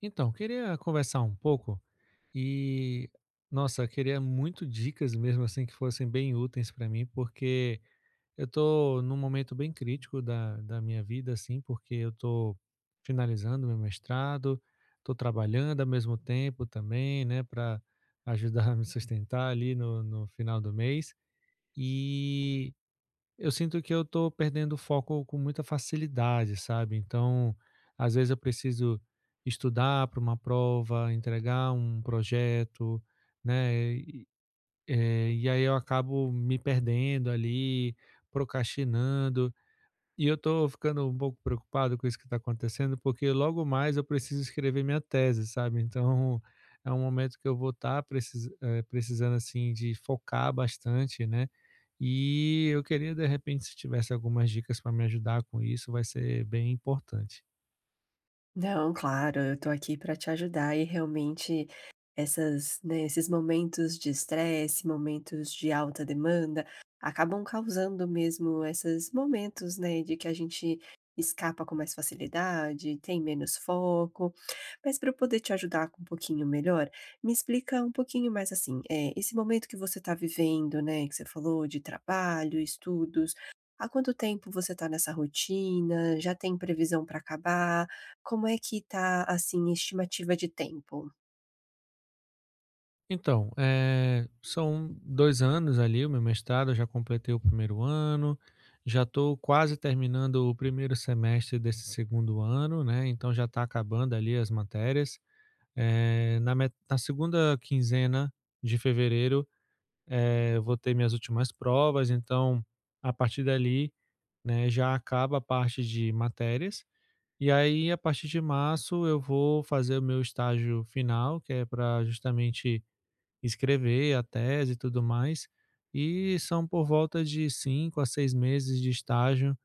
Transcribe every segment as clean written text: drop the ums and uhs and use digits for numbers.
Então, queria conversar um pouco e, nossa, queria muito dicas mesmo assim que fossem bem úteis para mim, porque eu tô num momento bem crítico da minha vida, assim, porque eu tô finalizando meu mestrado, tô trabalhando ao mesmo tempo também, né, para ajudar a me sustentar ali no final do mês. E eu sinto que eu tô perdendo o foco com muita facilidade, sabe? Então, às vezes eu preciso estudar para uma prova, entregar um projeto, né? E aí eu acabo me perdendo ali, procrastinando. E eu tô ficando um pouco preocupado com isso que tá acontecendo, porque logo mais eu preciso escrever minha tese, sabe? Então, é um momento que eu vou estar precisando, assim, de focar bastante, né? E eu queria, de repente, se tivesse algumas dicas para me ajudar com isso, vai ser bem importante. Não, claro, eu tô aqui para te ajudar e realmente né, esses momentos de estresse, momentos de alta demanda, acabam causando mesmo esses momentos, né, de que a gente escapa com mais facilidade, tem menos foco. Mas para eu poder te ajudar com um pouquinho melhor, me explica um pouquinho mais assim, é esse momento que você está vivendo, né, que você falou de trabalho, estudos, há quanto tempo você está nessa rotina? Já tem previsão para acabar? Como é que tá, assim, a estimativa de tempo? Então, são 2 anos ali o meu mestrado, eu já completei o primeiro ano, já estou quase terminando o primeiro semestre desse segundo ano, né, então já está acabando ali as matérias. Na segunda quinzena de fevereiro, eu vou ter minhas últimas provas, então a partir dali, né, já acaba a parte de matérias, e aí a partir de março eu vou fazer o meu estágio final, que é para justamente escrever a tese e tudo mais. E são por volta de 5 a 6 meses de estágio,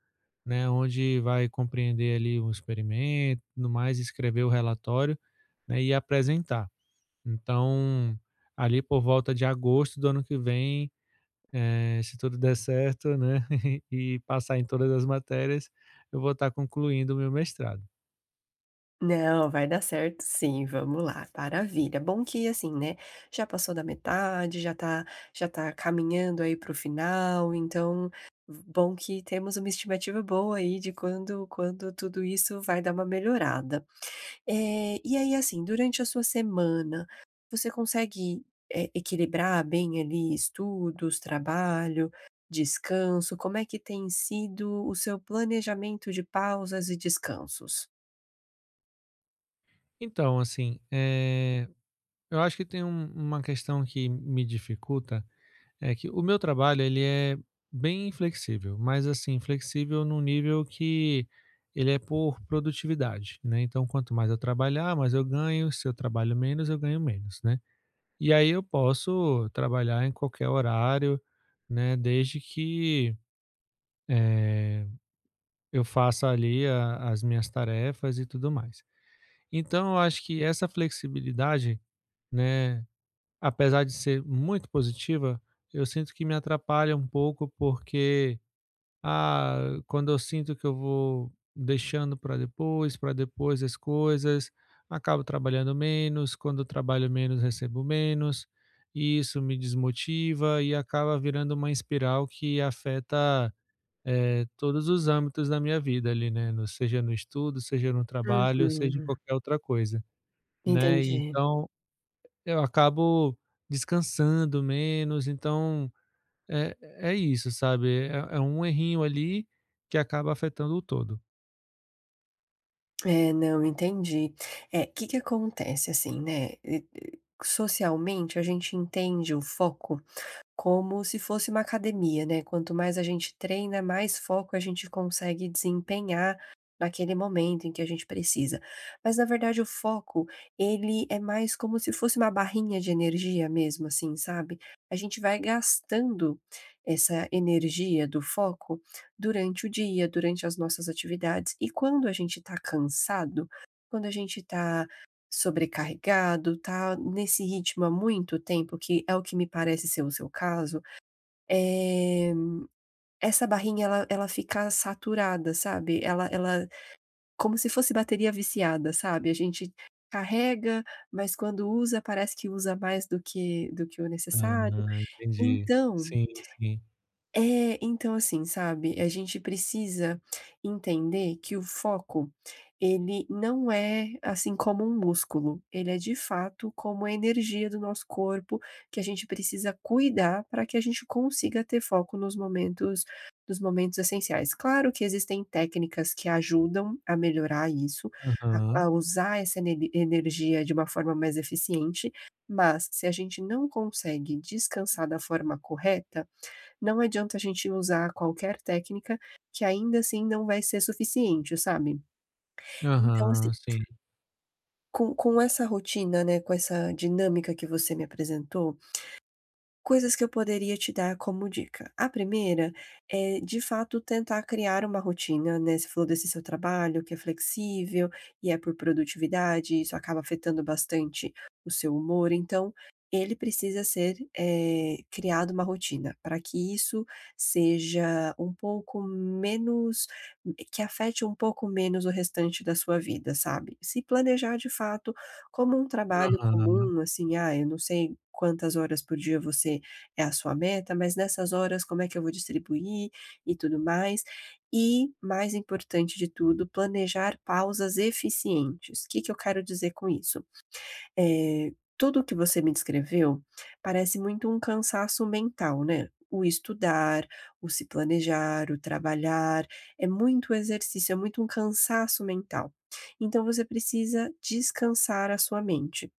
né, onde vai compreender ali o experimento, no mais, escrever o relatório, né, e apresentar. Então, ali por volta de agosto do ano que vem, se tudo der certo, né, e passar em todas as matérias, eu vou estar concluindo o meu mestrado. Não, vai dar certo sim, vamos lá, maravilha. Bom que assim, né, já passou da metade, já tá caminhando aí para o final, então bom que temos uma estimativa boa aí de quando tudo isso vai dar uma melhorada. E aí, assim, durante a sua semana, você consegue, equilibrar bem ali estudos, trabalho, descanso? Como é que tem sido o seu planejamento de pausas e descansos? Então, assim, eu acho que tem uma questão que me dificulta. É que o meu trabalho ele é bem flexível, mas assim, flexível num nível que ele é por produtividade, né. Então quanto mais eu trabalhar, mais eu ganho, se eu trabalho menos, eu ganho menos, né. E aí eu posso trabalhar em qualquer horário, né, desde que, eh, eu faça ali a as minhas tarefas e tudo mais. Então eu acho que essa flexibilidade, né, apesar de ser muito positiva, eu sinto que me atrapalha um pouco, porque ah, quando eu sinto que eu vou deixando para depois as coisas, acabo trabalhando menos, quando eu trabalho menos, recebo menos, e isso me desmotiva e acaba virando uma espiral que afeta, todos os âmbitos da minha vida ali, né, seja no estudo, seja no trabalho, seja em Uhum. qualquer outra coisa, né. Entendi. E então eu acabo descansando menos, então é é isso, sabe, é um errinho ali que acaba afetando o todo. É, não, entendi. É, o que que acontece, assim, né, e socialmente a gente entende o foco como se fosse uma academia, né, quanto mais a gente treina, mais foco a gente consegue desempenhar naquele momento em que a gente precisa. Mas na verdade o foco, ele é mais como se fosse uma barrinha de energia mesmo, assim, sabe. A gente vai gastando essa energia do foco durante o dia, durante as nossas atividades, e quando a gente tá cansado, quando a gente tá sobrecarregado, tá nesse ritmo há muito tempo, que é o que me parece ser o seu caso, eh, essa barrinha ela fica saturada, sabe, ela como se fosse bateria viciada, sabe, a gente carrega, mas quando usa parece que usa mais do que o necessário, Ah, entendi. então Sim, sim. Então assim, sabe, a gente precisa entender que o foco, ele não é assim como um músculo, ele é de fato como a energia do nosso corpo que a gente precisa cuidar para que a gente consiga ter foco nos momentos essenciais. Claro que existem técnicas que ajudam a melhorar isso, a, Aham. a usar essa energia de uma forma mais eficiente, mas se a gente não consegue descansar da forma correta, não adianta a gente usar qualquer técnica, que ainda assim não vai ser suficiente, sabe. Então assim, Aham, sim. com essa rotina, né, com essa dinâmica que você me apresentou, coisas que eu poderia te dar como dica. A primeira é, de fato, tentar criar uma rotina, né, você falou desse seu trabalho que é flexível e é por produtividade, isso acaba afetando bastante o seu humor, então ele precisa ser, criado uma rotina, para que isso seja um pouco menos, que afete um pouco menos o restante da sua vida, sabe. Se planejar de fato como um trabalho Aham. comum, assim, ah, eu não sei quantas horas por dia você é a sua meta, mas nessas horas como é que eu vou distribuir e tudo mais. E, mais importante de tudo, planejar pausas eficientes. O que que eu quero dizer com isso? Tudo que você me descreveu parece muito um cansaço mental, né. O estudar, o se planejar, o trabalhar, é muito exercício, é muito um cansaço mental. Então você precisa descansar a sua mente.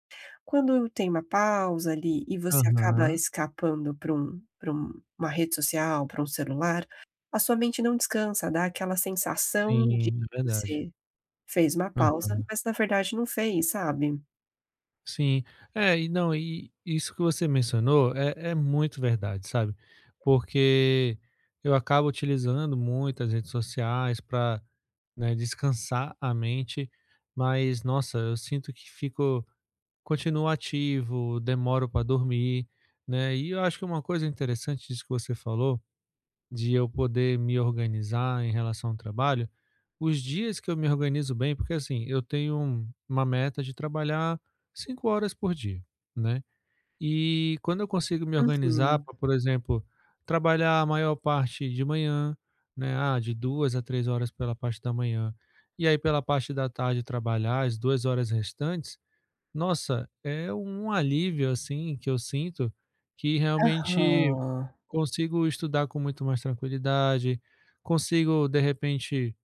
Quando tem uma pausa ali e você acaba Aham. escapando para um uma rede social, para um celular, a sua mente não descansa, dá aquela sensação de Sim, é que verdade. você fez uma pausa, Aham. mas na verdade não fez, sabe? Sim. É, e não, e isso que você mencionou é muito verdade, sabe, porque eu acabo utilizando muitas redes sociais para descansar a mente, mas nossa, eu sinto que fico Continuo ativo, demoro para dormir, né. E eu acho que uma coisa interessante disso que você falou, de eu poder me organizar em relação ao trabalho, os dias que eu me organizo bem porque, assim, eu tenho uma meta de trabalhar 5 horas por dia, né. E quando eu consigo me organizar Uhum. para, por exemplo, trabalhar a maior parte de manhã, né, ah, de 2 a 3 horas pela parte da manhã, e aí pela parte da tarde trabalhar as 2 horas restantes, nossa, é um alívio, assim, que eu sinto, que realmente Aham, consigo estudar com muito mais tranquilidade, consigo, de repente,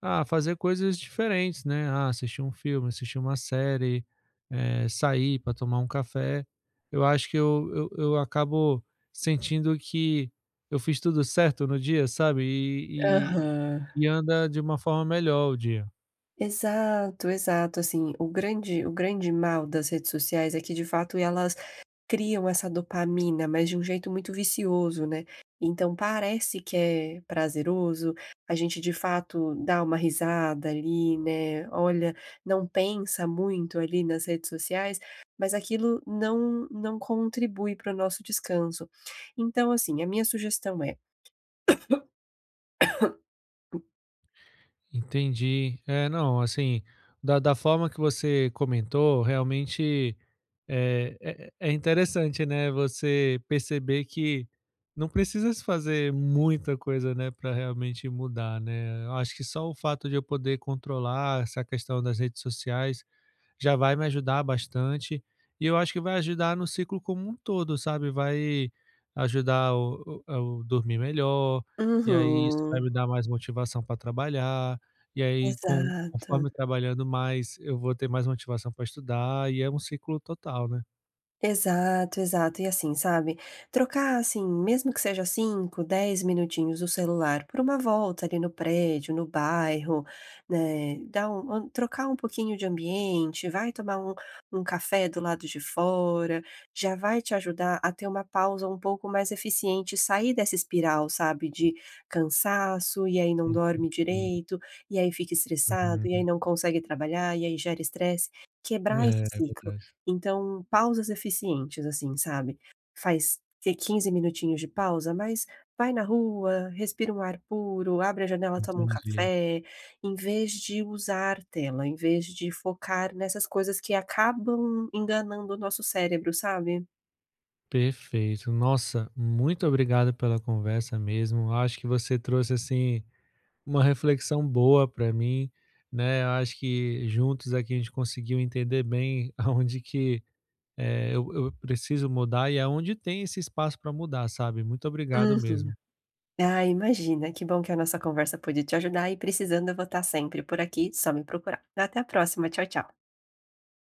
ah, fazer coisas diferentes, né? Ah, assistir um filme, assistir uma série, sair para tomar um café. Eu acho que eu acabo sentindo que eu fiz tudo certo no dia, sabe? E, aham. e, e anda de uma forma melhor o dia. Exato, exato, assim, o grande mal das redes sociais é que de fato elas criam essa dopamina, mas de um jeito muito vicioso, né. Então parece que é prazeroso, a gente de fato dá uma risada ali, né, olha, não pensa muito ali nas redes sociais, mas aquilo não contribui para o nosso descanso. Então assim, a minha sugestão é Entendi. É, não, assim, da forma que você comentou, realmente é, é interessante, né? Você perceber que não precisa se fazer muita coisa, né, para realmente mudar, né? Eu acho que só o fato de eu poder controlar essa questão das redes sociais já vai me ajudar bastante. E eu acho que vai ajudar no ciclo como um todo, sabe? Vai ajudar o eu dormir melhor, e aí isso vai uhum, me dar mais motivação para trabalhar, e aí com exato. conforme trabalhando mais, eu vou ter mais motivação para estudar, e é um ciclo total, né. Exato, exato. E assim, sabe, trocar assim, mesmo que seja 5, 10 minutinhos o celular por uma volta ali no prédio, no bairro, né, dar trocar um pouquinho de ambiente, vai tomar um café do lado de fora, já vai te ajudar a ter uma pausa um pouco mais eficiente, sair dessa espiral, sabe, de cansaço, e aí não dorme Entendi. direito, e aí fica estressado, e aí Uhum. não consegue trabalhar, e aí gera estresse. Quebrar esse É, é ciclo. verdade. Então, pausas eficientes, assim, sabe. Faz que 15 minutinhos de pausa, mas vai na rua, respira um ar puro, abre a janela, toma um Entendi. café, em vez de usar tela, em vez de focar nessas coisas que acabam enganando o nosso cérebro, sabe. Perfeito. Nossa, muito obrigado pela conversa mesmo. Acho que você trouxe, assim uma reflexão boa para mim, né? Eu acho que juntos aqui a gente conseguiu entender bem aonde que eu preciso mudar e aonde tem esse espaço para mudar, sabe? Muito obrigado Uhum. mesmo. Ah, imagina, que bom que a nossa conversa pôde te ajudar e precisando eu vou estar sempre por aqui, só me procurar. Até a próxima, tchau, tchau.